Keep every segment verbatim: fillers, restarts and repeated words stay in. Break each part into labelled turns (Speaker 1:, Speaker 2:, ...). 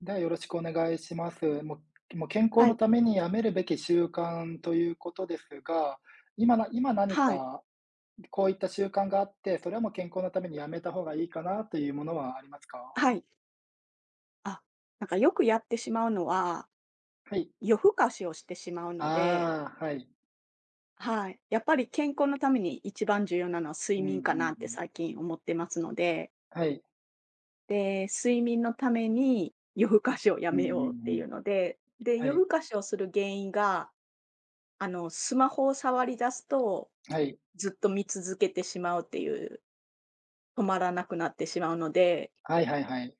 Speaker 1: では、よろしくお願いします。もうもう健康
Speaker 2: は
Speaker 1: の
Speaker 2: い。
Speaker 1: ためにやめるべき習慣ということですが、今な今何
Speaker 2: はい。
Speaker 1: かこういった習慣があって、それはもう健康のためにやめた方がいいかなというものはありますか？
Speaker 2: はい。あ、なんかよくやってしまうのは、
Speaker 1: はい。
Speaker 2: 夜更かしをしてしまうので、
Speaker 1: ああ、はい。
Speaker 2: はい。やっぱり健康のために一番重要なのは睡
Speaker 1: うんうん
Speaker 2: 眠かなっ
Speaker 1: う
Speaker 2: て
Speaker 1: ん。
Speaker 2: 最近思ってますので、
Speaker 1: はい。
Speaker 2: で、睡眠のために夜更かしをや
Speaker 1: うん
Speaker 2: め
Speaker 1: う
Speaker 2: ようって
Speaker 1: んう
Speaker 2: い
Speaker 1: ん。
Speaker 2: うので、で、
Speaker 1: は
Speaker 2: 夜
Speaker 1: い。
Speaker 2: 更かしをする原因が、あの、スマホを触り出すと、
Speaker 1: はい。
Speaker 2: ずっと見続けてしまうっていう、止まらなくなってしまうので
Speaker 1: はいはいはい。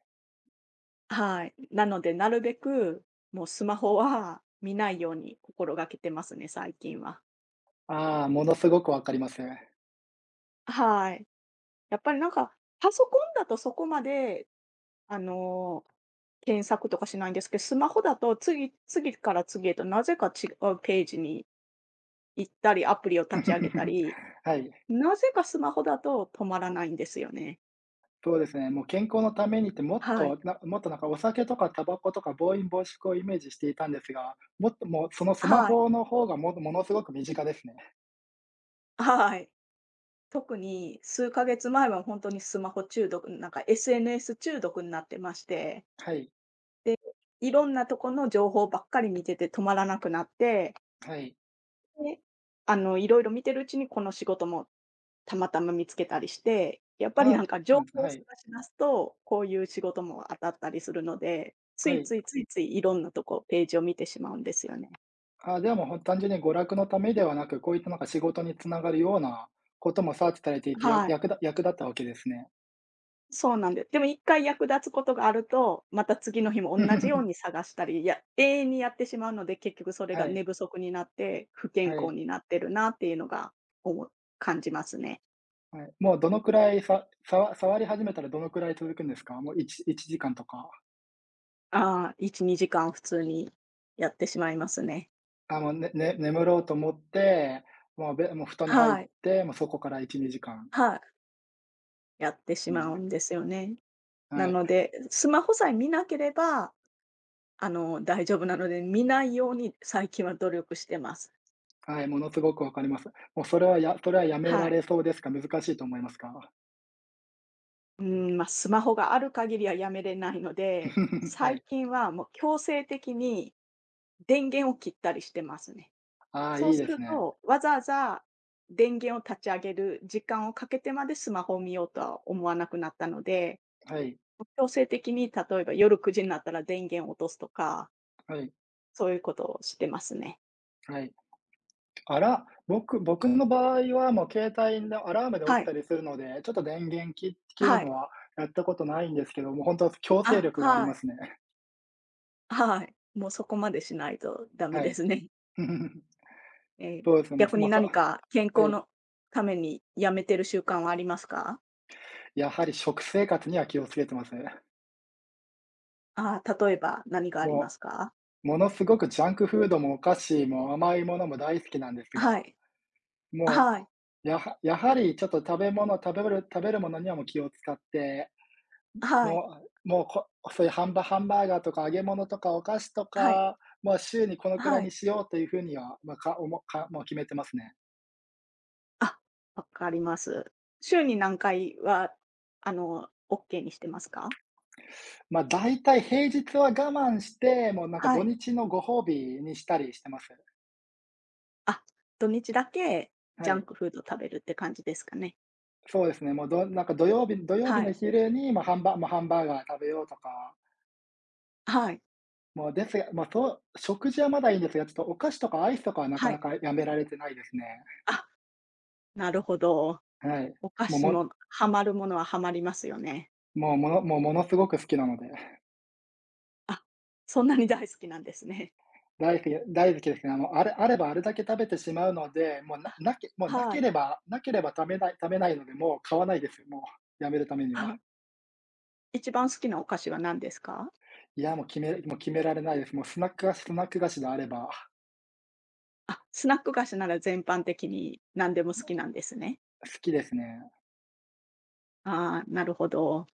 Speaker 2: はい。なので、なるべく、もうスマホは見ないように心がけてますね、最近は。
Speaker 1: ああ、ものすごくわかります。
Speaker 2: はい。やっぱりなんか、パソコンだとそこまで、あのー検索とかしないんですけど、スマホだと次、次から次へとなぜか違うページに行ったり、アプリを立ち上げた り、
Speaker 1: はい。
Speaker 2: なぜかスマホだと止まらないんですよね。
Speaker 1: そうですね、もう健康のためにってもっ
Speaker 2: はい。
Speaker 1: と、なもっとなんかお酒とかタバコとか暴飲暴食をイメージしていたんですが、もっともうそのスマ
Speaker 2: はい。
Speaker 1: ホの方がもものすごく身近ですね。
Speaker 2: はい。特にすうかげつ前は本当にスマホ中毒、なんか エスエヌエス 中毒になってまして、
Speaker 1: はい、
Speaker 2: で、いろんなとこの情報ばっかり見てて止まらなくなって、
Speaker 1: はい。
Speaker 2: で、あの、いろいろ見てるうちにこの仕事もたまたま見つけたりして、やっぱりな
Speaker 1: あ、
Speaker 2: ん
Speaker 1: そ
Speaker 2: か
Speaker 1: う
Speaker 2: 情
Speaker 1: なんですね。
Speaker 2: 報を
Speaker 1: は
Speaker 2: 探
Speaker 1: い、
Speaker 2: し出すと、こういう仕事も当たったりするので、つ
Speaker 1: は
Speaker 2: い
Speaker 1: い。
Speaker 2: ついついついいろんなとこ、ページを見てしまうんですよね。
Speaker 1: あ、ではもうほん単純に娯楽のためではなく、こういったなんか仕事につながるようなこともサーチされていて、や
Speaker 2: はい。
Speaker 1: 役立役立ったわけですね。
Speaker 2: そうなんででもいっかい役立つことがあると、また次の日もおんなじように 探したり、や永遠にやってしまうので、結局それが
Speaker 1: は
Speaker 2: 寝
Speaker 1: い、
Speaker 2: 不足になって、不健
Speaker 1: は
Speaker 2: 康
Speaker 1: い、
Speaker 2: になってるなっていうのがおも感じますね。
Speaker 1: はい。もうどのくらいささわ触り始めたらどのくらい続くんですか？もういちいちじかんとか。
Speaker 2: ああ、いち、にじかん普通にやってしまいますね。
Speaker 1: あ、もう、ねね眠ろうと思って、もうべもう布団に入
Speaker 2: は
Speaker 1: っ
Speaker 2: い、
Speaker 1: て、もうそこからいち、にじかん、
Speaker 2: はい、やってしまう
Speaker 1: ね、
Speaker 2: んですよね。な
Speaker 1: はい。
Speaker 2: ので、スマホさえ見なければ、あの、大丈夫なので、見ないように最近は努力してます。
Speaker 1: はい、ものすごく分かります。もうそれはやそれはやめ
Speaker 2: は
Speaker 1: ら
Speaker 2: い。
Speaker 1: れそうですか？難しいと思いますか？
Speaker 2: うん、まあ、スマホがある限りはやめれないので、
Speaker 1: は
Speaker 2: 最
Speaker 1: い。
Speaker 2: 近はもう強制的に電源を切ったりしてますね。
Speaker 1: ああ、
Speaker 2: そう
Speaker 1: いい
Speaker 2: す
Speaker 1: です
Speaker 2: る
Speaker 1: ね。
Speaker 2: と、わざわざ電源を立ち上げる時間をかけてまでスマホを見ようとは思わなくなったので
Speaker 1: はい、
Speaker 2: 強制的に例えば夜くじになったら電源落とすとか、
Speaker 1: はい、
Speaker 2: そういうことをしてますね。
Speaker 1: はい。あら、僕僕の場合はもう携帯のアラームで
Speaker 2: は
Speaker 1: 起き
Speaker 2: い。
Speaker 1: たりするので、ちょっと電源切切る
Speaker 2: は
Speaker 1: の
Speaker 2: い。
Speaker 1: はやったことないんですけど、もう本当は強制
Speaker 2: あ、
Speaker 1: 力があり
Speaker 2: は
Speaker 1: ま
Speaker 2: い。
Speaker 1: すね。
Speaker 2: はい。もうそこまでしないとダメ
Speaker 1: は
Speaker 2: で
Speaker 1: い。
Speaker 2: すね。ええ。
Speaker 1: そうですね、もう、
Speaker 2: 逆
Speaker 1: そも
Speaker 2: に
Speaker 1: う、そ
Speaker 2: 何か
Speaker 1: は
Speaker 2: 健康
Speaker 1: い。
Speaker 2: のためにやめてる習慣はありますか？
Speaker 1: やはり食生活には気をつけてますね。
Speaker 2: ああ、例えば何がありま
Speaker 1: も
Speaker 2: すか？
Speaker 1: う、ものすごくジャンクフードもお菓子も甘いものも大好きなんです
Speaker 2: は
Speaker 1: が、
Speaker 2: い。
Speaker 1: も
Speaker 2: はい。
Speaker 1: う、やはやはりちょっと食べ物食べる食べるものにはもう気を使って、
Speaker 2: はい。
Speaker 1: もうもう、こそういうハンバハンバーガーとか揚げ物とかお菓子と
Speaker 2: はい。
Speaker 1: か、まあ、週にこのくら
Speaker 2: は
Speaker 1: いに
Speaker 2: い。
Speaker 1: しようというふうには、まあ、かおもかもう決めてますね。
Speaker 2: あ、わかります。週に何回は、あの、オッケーにしてますか？
Speaker 1: まあ、大体平日は我慢して、もうなんか
Speaker 2: は
Speaker 1: 土
Speaker 2: い。
Speaker 1: 日のご褒美にしたりしてます。
Speaker 2: あ、土日だけジ
Speaker 1: は
Speaker 2: ャン
Speaker 1: い。
Speaker 2: クフード食べるって感じですかね。
Speaker 1: そうですね、もうどなんか土曜日土曜日
Speaker 2: はい。
Speaker 1: の昼に、まあ、ハンバもうハンバーガー食べようとか、
Speaker 2: はい。
Speaker 1: もうですが、まあ、そう、食事はまだいいんですが、ちょっとお菓子とかアイスとかはなか
Speaker 2: は
Speaker 1: な
Speaker 2: い。
Speaker 1: かやめられてないですね。
Speaker 2: あ、なるほど。
Speaker 1: はい。
Speaker 2: お菓
Speaker 1: もう、
Speaker 2: 子
Speaker 1: も
Speaker 2: もハマるものはハマりますよね。
Speaker 1: もう、ものもうものすごく好きなので、
Speaker 2: あ、そんなに大好きなんですね。
Speaker 1: 大好き大好きですね。あの、あれあればあれだけ食べてしまうので、もうな
Speaker 2: あ、
Speaker 1: なけもうな
Speaker 2: は
Speaker 1: け
Speaker 2: い。
Speaker 1: ればなければ食べない食べないので、もう買わないですよ、もう、やめるためには。
Speaker 2: あ、一番好きなお菓子は何ですか？
Speaker 1: いや、もう決めもう決められないです。もうスナック菓子スナック菓子であれば、
Speaker 2: あ、スナック菓子なら全般的に何でも好きなんですね。
Speaker 1: 好きですね。
Speaker 2: ああ、なるほど。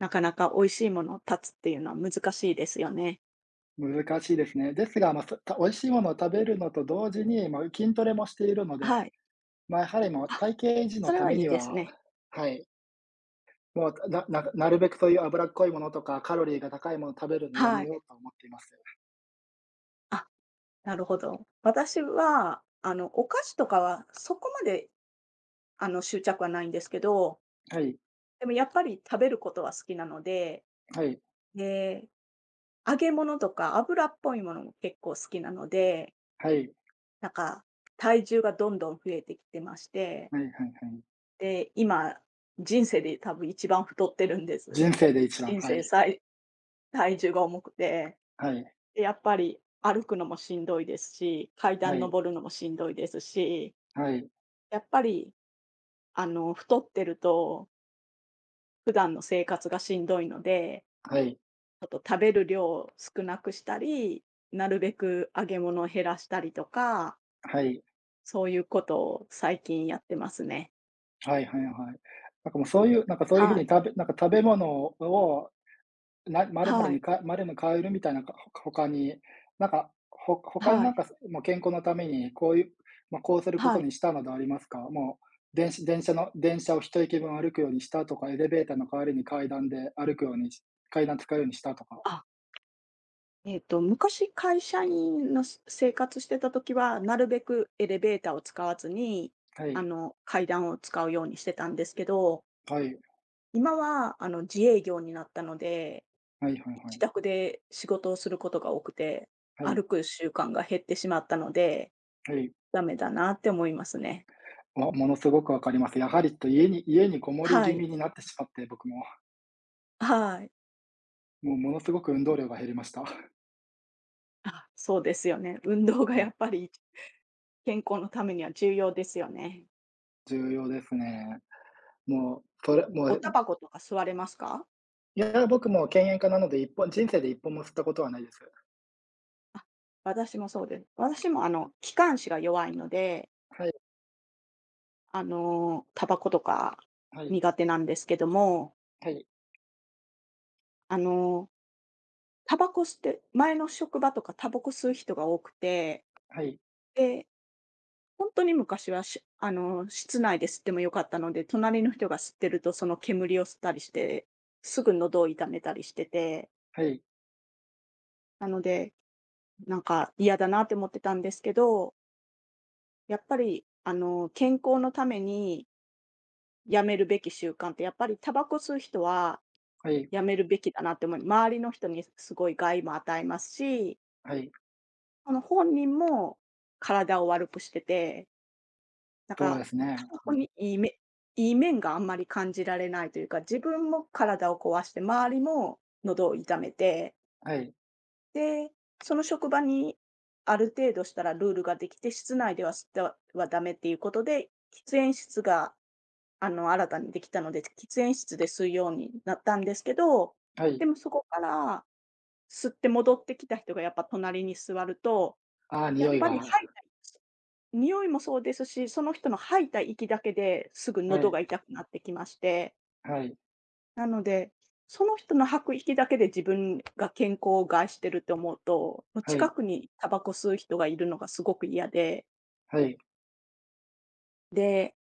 Speaker 2: なかなか美味しいものを断つっていうのは難しいですよね。
Speaker 1: 難しいですね。ですが、まあ、そた美味しいものを食べるのと同時に、まあ、筋トレもしているの
Speaker 2: は
Speaker 1: で
Speaker 2: い。
Speaker 1: まあ、やはりもう
Speaker 2: あ、
Speaker 1: 体型維持の
Speaker 2: それ
Speaker 1: た
Speaker 2: は
Speaker 1: め
Speaker 2: いい
Speaker 1: に
Speaker 2: です
Speaker 1: は、
Speaker 2: ね。
Speaker 1: はい、もうなななるべくそういう脂っこいものとか、カロリーが高いものを食べるのや
Speaker 2: は
Speaker 1: め
Speaker 2: い。
Speaker 1: ようと思っています。
Speaker 2: あ、なるほど。私は、あの、お菓子とかはそこまで、あの、執着はないんですけど、
Speaker 1: はい、
Speaker 2: でもやっぱり食べることは好きなので、
Speaker 1: はい、
Speaker 2: で、揚げ物とか油っぽいものも結構好きなので、
Speaker 1: はい、
Speaker 2: なんか体重がどんどん増えてきてまして、
Speaker 1: はいはいはい。
Speaker 2: で、今、人生で多分一番太ってるんです。
Speaker 1: 人生で一番、
Speaker 2: 人
Speaker 1: は
Speaker 2: 生
Speaker 1: い、
Speaker 2: 最体重が重くて、
Speaker 1: はい、
Speaker 2: でやっぱり歩くのもしんどいですし、階
Speaker 1: は
Speaker 2: 段
Speaker 1: い、
Speaker 2: 登るのもしんどいですし、
Speaker 1: はい、
Speaker 2: やっぱりあの、太ってると、普段の生活がしんどいので、
Speaker 1: はい、
Speaker 2: ちょっと食べる量を少なくしたり、なるべく揚げ物を減らしたりとか、
Speaker 1: はい、
Speaker 2: そういうことを最近やってますね。
Speaker 1: はいはいはい。なんかもうそういうなんかそういう風
Speaker 2: は
Speaker 1: に
Speaker 2: い。
Speaker 1: 食べなんか食べ物をな〇〇
Speaker 2: はい。
Speaker 1: にか〇の変えるみたいな、かほ他に、なんか、ほ他に
Speaker 2: は
Speaker 1: なん
Speaker 2: い。
Speaker 1: か、もう健康のために、こういう、まあ、こうするこ
Speaker 2: は
Speaker 1: と
Speaker 2: い。
Speaker 1: にしたなどありますか？もう、電ん電車の電車を一駅分歩くようにしたとか、エレベーターの代わりに階段で歩くようにし階段使うようにしたとか。
Speaker 2: あ、えっと、昔会社員のし生活してた時は、なるべくエレベーターを使わずに、
Speaker 1: は
Speaker 2: あ
Speaker 1: い、
Speaker 2: の、階段を使うようにしてたんですけど、
Speaker 1: はい、
Speaker 2: 今は、あの、自営業になったので、
Speaker 1: はいはいは
Speaker 2: 自
Speaker 1: い。
Speaker 2: 宅で仕事をすることが多くて、
Speaker 1: はい、
Speaker 2: 歩く習慣が減ってしまったので、
Speaker 1: はい。
Speaker 2: ダメだなって思いますね。
Speaker 1: わ、ものすごくわかります。やはりと家に家にこもり
Speaker 2: は
Speaker 1: 気
Speaker 2: い。
Speaker 1: 味になってしまって、僕も。
Speaker 2: はい。
Speaker 1: もうものすごく運動量が減りました。は
Speaker 2: あ、そうですよね。運動がやっ
Speaker 1: い、
Speaker 2: ぱり健康のためには重要ですよね。
Speaker 1: 重要ですね。もう、それも
Speaker 2: おタ
Speaker 1: う
Speaker 2: バコとか吸われますか？
Speaker 1: いや、僕も犬猿家なので、一本人生で一本も吸ったことはないです。
Speaker 2: あ、私もそうです。私もあ
Speaker 1: う
Speaker 2: の、
Speaker 1: ん、
Speaker 2: 気管支が弱いので、
Speaker 1: はい、
Speaker 2: あの、タバコとか
Speaker 1: はい、
Speaker 2: 苦手なんですけども、
Speaker 1: はい、
Speaker 2: あの、タバコ吸って前の職場とかタバコ吸う人が多くて、
Speaker 1: はい、
Speaker 2: でほんとに昔は、しあの、室内で吸っても良かったので、隣の人が吸ってるとその煙を吸ったりして、すぐ喉を痛めたりしてて、
Speaker 1: はい、
Speaker 2: なので、なんか嫌だなって思ってたんですけど、やっぱり、あの、健康のためにやめるべき習慣って、やっぱりタバコ吸う人は
Speaker 1: はい、
Speaker 2: やめるべきだなって思い周りの人にすごい害も与えますし、
Speaker 1: はい、
Speaker 2: あの、本人も体を悪くしててなん
Speaker 1: そう
Speaker 2: か、
Speaker 1: です
Speaker 2: タ
Speaker 1: ね。
Speaker 2: バ
Speaker 1: う
Speaker 2: コ
Speaker 1: ん、
Speaker 2: にいいめいい面があんまり感じられないというか、自分も体を壊して、周りも喉を痛めて、
Speaker 1: はい、
Speaker 2: で、その職場にある程度したらルールができて、室内では吸ってはダメっていうことで、喫煙室が、あの、新たにできたので、喫煙室で吸うようになったんですけど、
Speaker 1: は
Speaker 2: で
Speaker 1: い。
Speaker 2: もそこから吸って戻ってきた人がやっぱ隣に座ると、
Speaker 1: ああ、
Speaker 2: や
Speaker 1: 匂
Speaker 2: っ
Speaker 1: い
Speaker 2: ぱり
Speaker 1: が。
Speaker 2: 吐いたり匂いもそうですし、その人の吐いた息だけですぐ
Speaker 1: は
Speaker 2: 喉
Speaker 1: い、
Speaker 2: が痛くなってきまして、
Speaker 1: はい、
Speaker 2: なので、その人の吐く息だけで自分が健康を害してるって思うと、もう
Speaker 1: は
Speaker 2: 近
Speaker 1: い、
Speaker 2: くにタバコ吸う人がいるのがすごく嫌で、
Speaker 1: はい。
Speaker 2: で、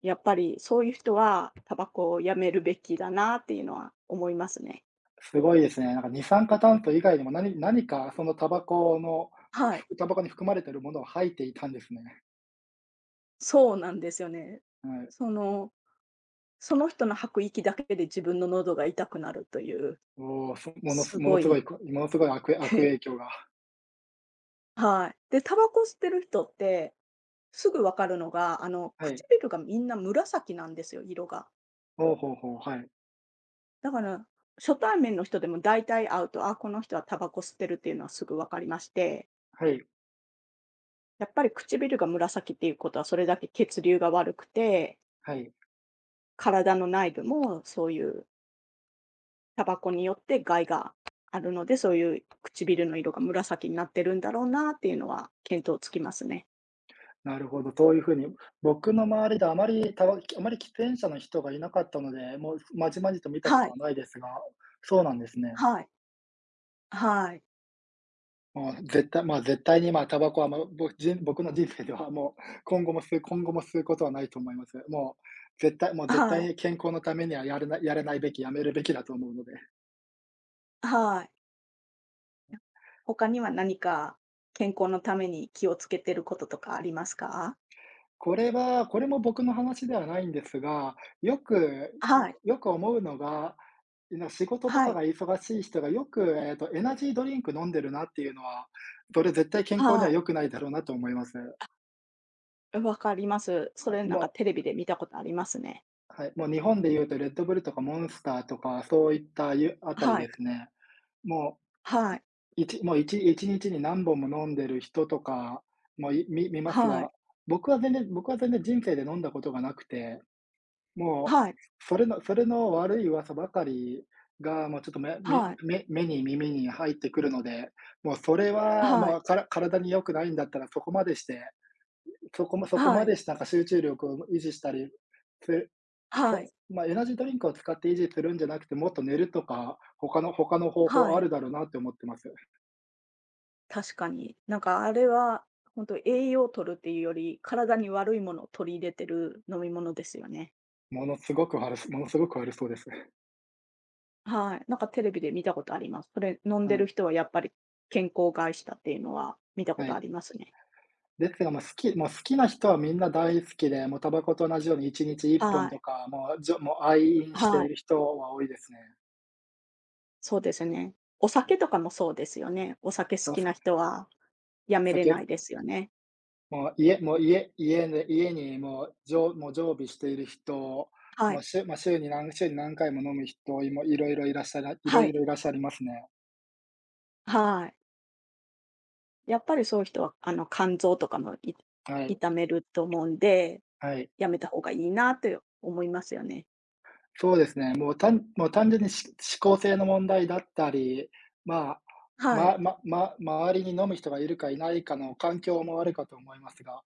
Speaker 2: やっぱりそういう人はタバコをやめるべきだなっていうのは思いますね。
Speaker 1: すごいですね。なんか二酸化炭素以外にも、なに何かそのタバコの
Speaker 2: はい、
Speaker 1: ふタバコに含まれているものを吐いていたんですね。
Speaker 2: そうなんですよね。
Speaker 1: はい。
Speaker 2: その、その人の吐く息だけで自分の喉が痛くなるという、
Speaker 1: おお、そもの
Speaker 2: す
Speaker 1: すもの
Speaker 2: ご
Speaker 1: すごい
Speaker 2: い
Speaker 1: こものすごい悪悪 影響が。
Speaker 2: はい。で、タバコ吸ってる人って、すぐ分かるのが、あの、
Speaker 1: はい。
Speaker 2: 唇がみんな紫なんですよ、色が。
Speaker 1: ほうほうほう、はい、
Speaker 2: だから、初対面の人でも大体会うと、あ、この人はタバコ吸ってるっていうのはすぐ分かりまして、
Speaker 1: はい、
Speaker 2: やっぱり唇が紫っていうことはそれだけ血流が悪くて、
Speaker 1: はい。
Speaker 2: 体の内部もそういうタバコによって害があるので、そういう唇の色が紫になってるんだろうなっていうのは見当つきますね。
Speaker 1: なるほど、そういうふうに、僕の周りであまりたわあまり喫煙者の人がいなかったので、もうまじまじと見たこ
Speaker 2: は
Speaker 1: と
Speaker 2: い、
Speaker 1: はないですが、そうなんですね。
Speaker 2: はい、はい、
Speaker 1: まあ、絶対まあ、絶対に、まあ、タバコは、まあ、ぼ僕人僕の人生ではもう、今後も吸う今後も吸うことはないと思います。もう、絶対もう絶対
Speaker 2: はい、
Speaker 1: に健康のためにはやれないやれないべき、やめるべきだと思うので。
Speaker 2: はい。他には何か健康のために気をつけてることとかありますか？
Speaker 1: これは、これも僕の話ではないんですが、よく
Speaker 2: は
Speaker 1: よ
Speaker 2: い、
Speaker 1: よく思うのが、な仕事と
Speaker 2: は
Speaker 1: か
Speaker 2: い、
Speaker 1: が忙しい人がよく、えっと、エナジードリンク飲んでるなっていうのは、それ絶対健康に
Speaker 2: は
Speaker 1: は
Speaker 2: い。
Speaker 1: 良くないだろうなと思います。
Speaker 2: わかります。そ
Speaker 1: は
Speaker 2: れ
Speaker 1: い、
Speaker 2: なんか
Speaker 1: も
Speaker 2: テレビで見たことありますね。
Speaker 1: うはい、もう日本で言うとレッドブルとかモンスターとか、そういったゆあたり
Speaker 2: はい、
Speaker 1: ですね。も
Speaker 2: は
Speaker 1: う、
Speaker 2: い、
Speaker 1: いちもういちいちにちにちに何本も飲んでる人とかも、いみ見ます
Speaker 2: は
Speaker 1: が、
Speaker 2: い、
Speaker 1: 僕は全然僕は全然人生で飲んだことがなくても
Speaker 2: はい、
Speaker 1: う、それのそれの悪い噂ばかりが、もうちょっとめめ
Speaker 2: はい、
Speaker 1: め目に耳に入ってくるので、もうそれは
Speaker 2: はい、
Speaker 1: もう、から体に良くないんだったらそこまでして、そこまそこ
Speaker 2: は
Speaker 1: ま
Speaker 2: い、
Speaker 1: でしてなんか集中力を維持したり、する
Speaker 2: は
Speaker 1: そ
Speaker 2: い、
Speaker 1: まあ、エナジードリンクを使って維持するんじゃなくて、もっと寝るとか、他の他の方
Speaker 2: は
Speaker 1: 法あ
Speaker 2: い。
Speaker 1: るだろうなって思ってます。
Speaker 2: 確かに。なんかあれは本当栄養を取るっていうより、体に悪いものを取り入れてる飲み物ですよね。
Speaker 1: ものすごく悪そものすごく悪そうです。
Speaker 2: はい、なんかテレビで見たことあります。それ飲んで
Speaker 1: は
Speaker 2: る
Speaker 1: い、
Speaker 2: 人はやっぱり健康を害したっていうのは見たこ
Speaker 1: は
Speaker 2: とあ
Speaker 1: い。
Speaker 2: りますね。
Speaker 1: ですが、もう好きもう好きな人はみんな大好きで、もうタバコと同じようにいちにちいっぽん
Speaker 2: は
Speaker 1: と
Speaker 2: い。
Speaker 1: か、もう、じょもう愛飲して
Speaker 2: は
Speaker 1: い
Speaker 2: い、
Speaker 1: る人は多いですね。
Speaker 2: そうですね。お酒とかもそうですよね。お酒好
Speaker 1: お
Speaker 2: きな
Speaker 1: さ
Speaker 2: 人はや
Speaker 1: お
Speaker 2: めれ
Speaker 1: 酒で
Speaker 2: な
Speaker 1: す
Speaker 2: いで
Speaker 1: ね。
Speaker 2: すよね。
Speaker 1: もう家もう家家で家にもう、じょもう常備している人、
Speaker 2: は
Speaker 1: もう
Speaker 2: い、
Speaker 1: 週、ゅまあ、週に何週に何回も飲む人、もいろいろいらっしゃらいろ
Speaker 2: は
Speaker 1: い
Speaker 2: い、
Speaker 1: ろいらっしゃいますね。
Speaker 2: はい。やっぱりそういう人は、あの、肝臓とかもい
Speaker 1: はい、
Speaker 2: 痛めると思うんで、
Speaker 1: はい。
Speaker 2: やめた方がいいなって思いますよね。
Speaker 1: そうですね、もうたんもう単純にし思考性の問題だったり、まあ、
Speaker 2: はい、
Speaker 1: ままま周りに飲む人がいるかいないかの環境もあるかと思いますが、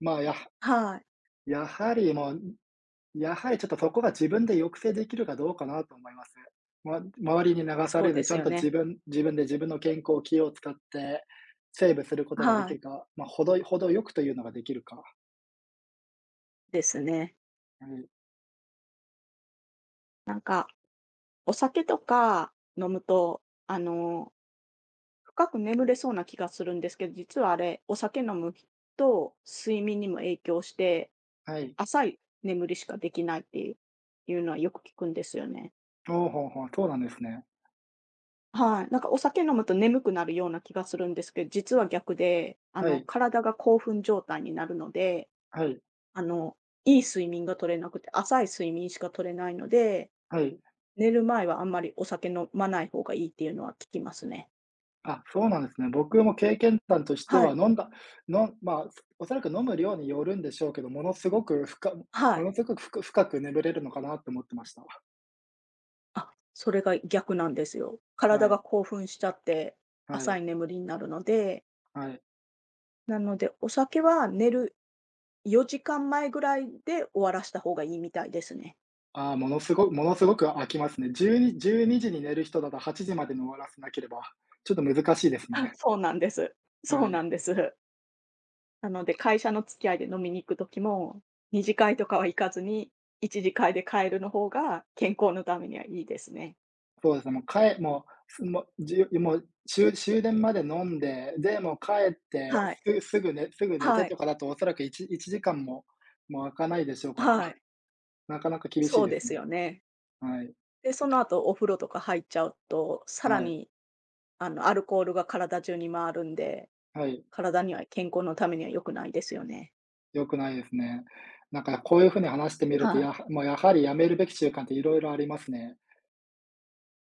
Speaker 1: まあ、やは
Speaker 2: はい。
Speaker 1: やはりもう、やはりちょっとそこが自分で抑制できるかどうかなと思います。ま周りに流さ
Speaker 2: そう
Speaker 1: れ
Speaker 2: で
Speaker 1: ず、ち
Speaker 2: す
Speaker 1: ゃん
Speaker 2: よ
Speaker 1: と
Speaker 2: ね。
Speaker 1: 自分自分で自分の健康、気を使って、セーブすることがで
Speaker 2: は
Speaker 1: き
Speaker 2: い、
Speaker 1: るか、まあ、ほどほどよくというのができるか。
Speaker 2: ですね。
Speaker 1: はい、
Speaker 2: なんか、お酒とか飲むと、あの深く眠れそうな気がするんですけど、実はあれ、お酒飲むと睡眠にも影響して、
Speaker 1: はい。
Speaker 2: 浅い眠りしかできないっていうのはよく聞くんですよね。
Speaker 1: ほうほうほう、そうなんですね。
Speaker 2: はい。なんかお酒飲むと眠くなるような気がするんですけど、実は逆で、あ
Speaker 1: は
Speaker 2: の、
Speaker 1: い、
Speaker 2: 体が興奮状態になるので、
Speaker 1: はい、
Speaker 2: あの、いい睡眠が取れなくて、浅い睡眠しか取れないので、
Speaker 1: はい。
Speaker 2: 寝る前はあんまりお酒飲まない方がいいっていうのは聞きますね。
Speaker 1: あ、そうなんですね。僕も経験談として
Speaker 2: は
Speaker 1: は、
Speaker 2: い。
Speaker 1: 飲んだのまあ、おそらく飲む量によるんでしょうけど、ものすごく深
Speaker 2: は
Speaker 1: も
Speaker 2: い。
Speaker 1: のすごく深く深く眠れるのかなと思ってました。
Speaker 2: あ、それが逆なんですよ。体
Speaker 1: は
Speaker 2: が
Speaker 1: い、
Speaker 2: 興奮しちゃって、
Speaker 1: は
Speaker 2: 浅
Speaker 1: い。
Speaker 2: い眠りになるので、
Speaker 1: はい。
Speaker 2: なので、お酒は寝るよじかんまえぐらいで終わらした方がいいみたいですね。
Speaker 1: ああ、ものすごものすごく空きますね。じゅうにじゅうにじにじゅうにじに寝る人だとはちじまでに終わらせなければ、ちょっと難しいで す
Speaker 2: あ、
Speaker 1: ね。
Speaker 2: そうなんです。そ
Speaker 1: は
Speaker 2: うな
Speaker 1: い。
Speaker 2: んです。なので、会社の付き合いで飲みに行く時も、に次会とかは行かずに、いち次会で帰るの方が健康のためにはいいですね。
Speaker 1: そうですね、もうかえもう、すもう、じゅもう、しゅ終電まで飲んで、で、もう帰って、
Speaker 2: はい。
Speaker 1: すすぐ寝すぐ寝て
Speaker 2: は
Speaker 1: と
Speaker 2: い。
Speaker 1: かだとおそらくいちいちじかんも、もう空かないでしょうから、
Speaker 2: はい。
Speaker 1: なかなか厳しい
Speaker 2: そう
Speaker 1: で
Speaker 2: で
Speaker 1: す
Speaker 2: す
Speaker 1: ね。
Speaker 2: よね。
Speaker 1: はい、
Speaker 2: で、その後お風呂とか入っちゃうと、さら
Speaker 1: はい、
Speaker 2: にあの、アルコールが体中に回るんで、
Speaker 1: はい、
Speaker 2: 体には健康のためには良くないですよね。
Speaker 1: 良くないですね。なんかこういう風に話してみると、
Speaker 2: はい。
Speaker 1: やはもうやはりやめるべき習慣って色々ありますね。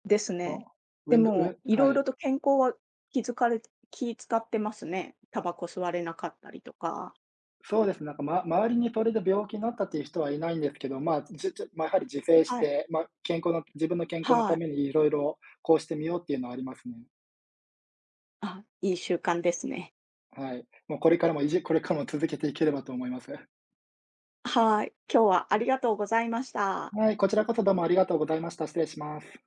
Speaker 2: ですね。
Speaker 1: もう、
Speaker 2: で
Speaker 1: 運動
Speaker 2: も、
Speaker 1: う
Speaker 2: い
Speaker 1: は
Speaker 2: ろい
Speaker 1: い。
Speaker 2: ろと健康は気づかれ気使ってますね。タバコ吸われなかったりとか。
Speaker 1: そうですね、なんか、ま周りにそれで病気になったっていう人はいないんですけど、まあ、じちやはり自制し
Speaker 2: はい。
Speaker 1: て、まあ、健康の自分の健康の
Speaker 2: は
Speaker 1: ため
Speaker 2: い。
Speaker 1: にいろいろこうしてみようっていうのはありますね。
Speaker 2: あ、いい習慣ですね。
Speaker 1: はい。もうこれからもいじこれからも続けていければと思います。
Speaker 2: はい。今日はありがとうございました。
Speaker 1: はい、こちらこそどうもありがとうございました。失礼します。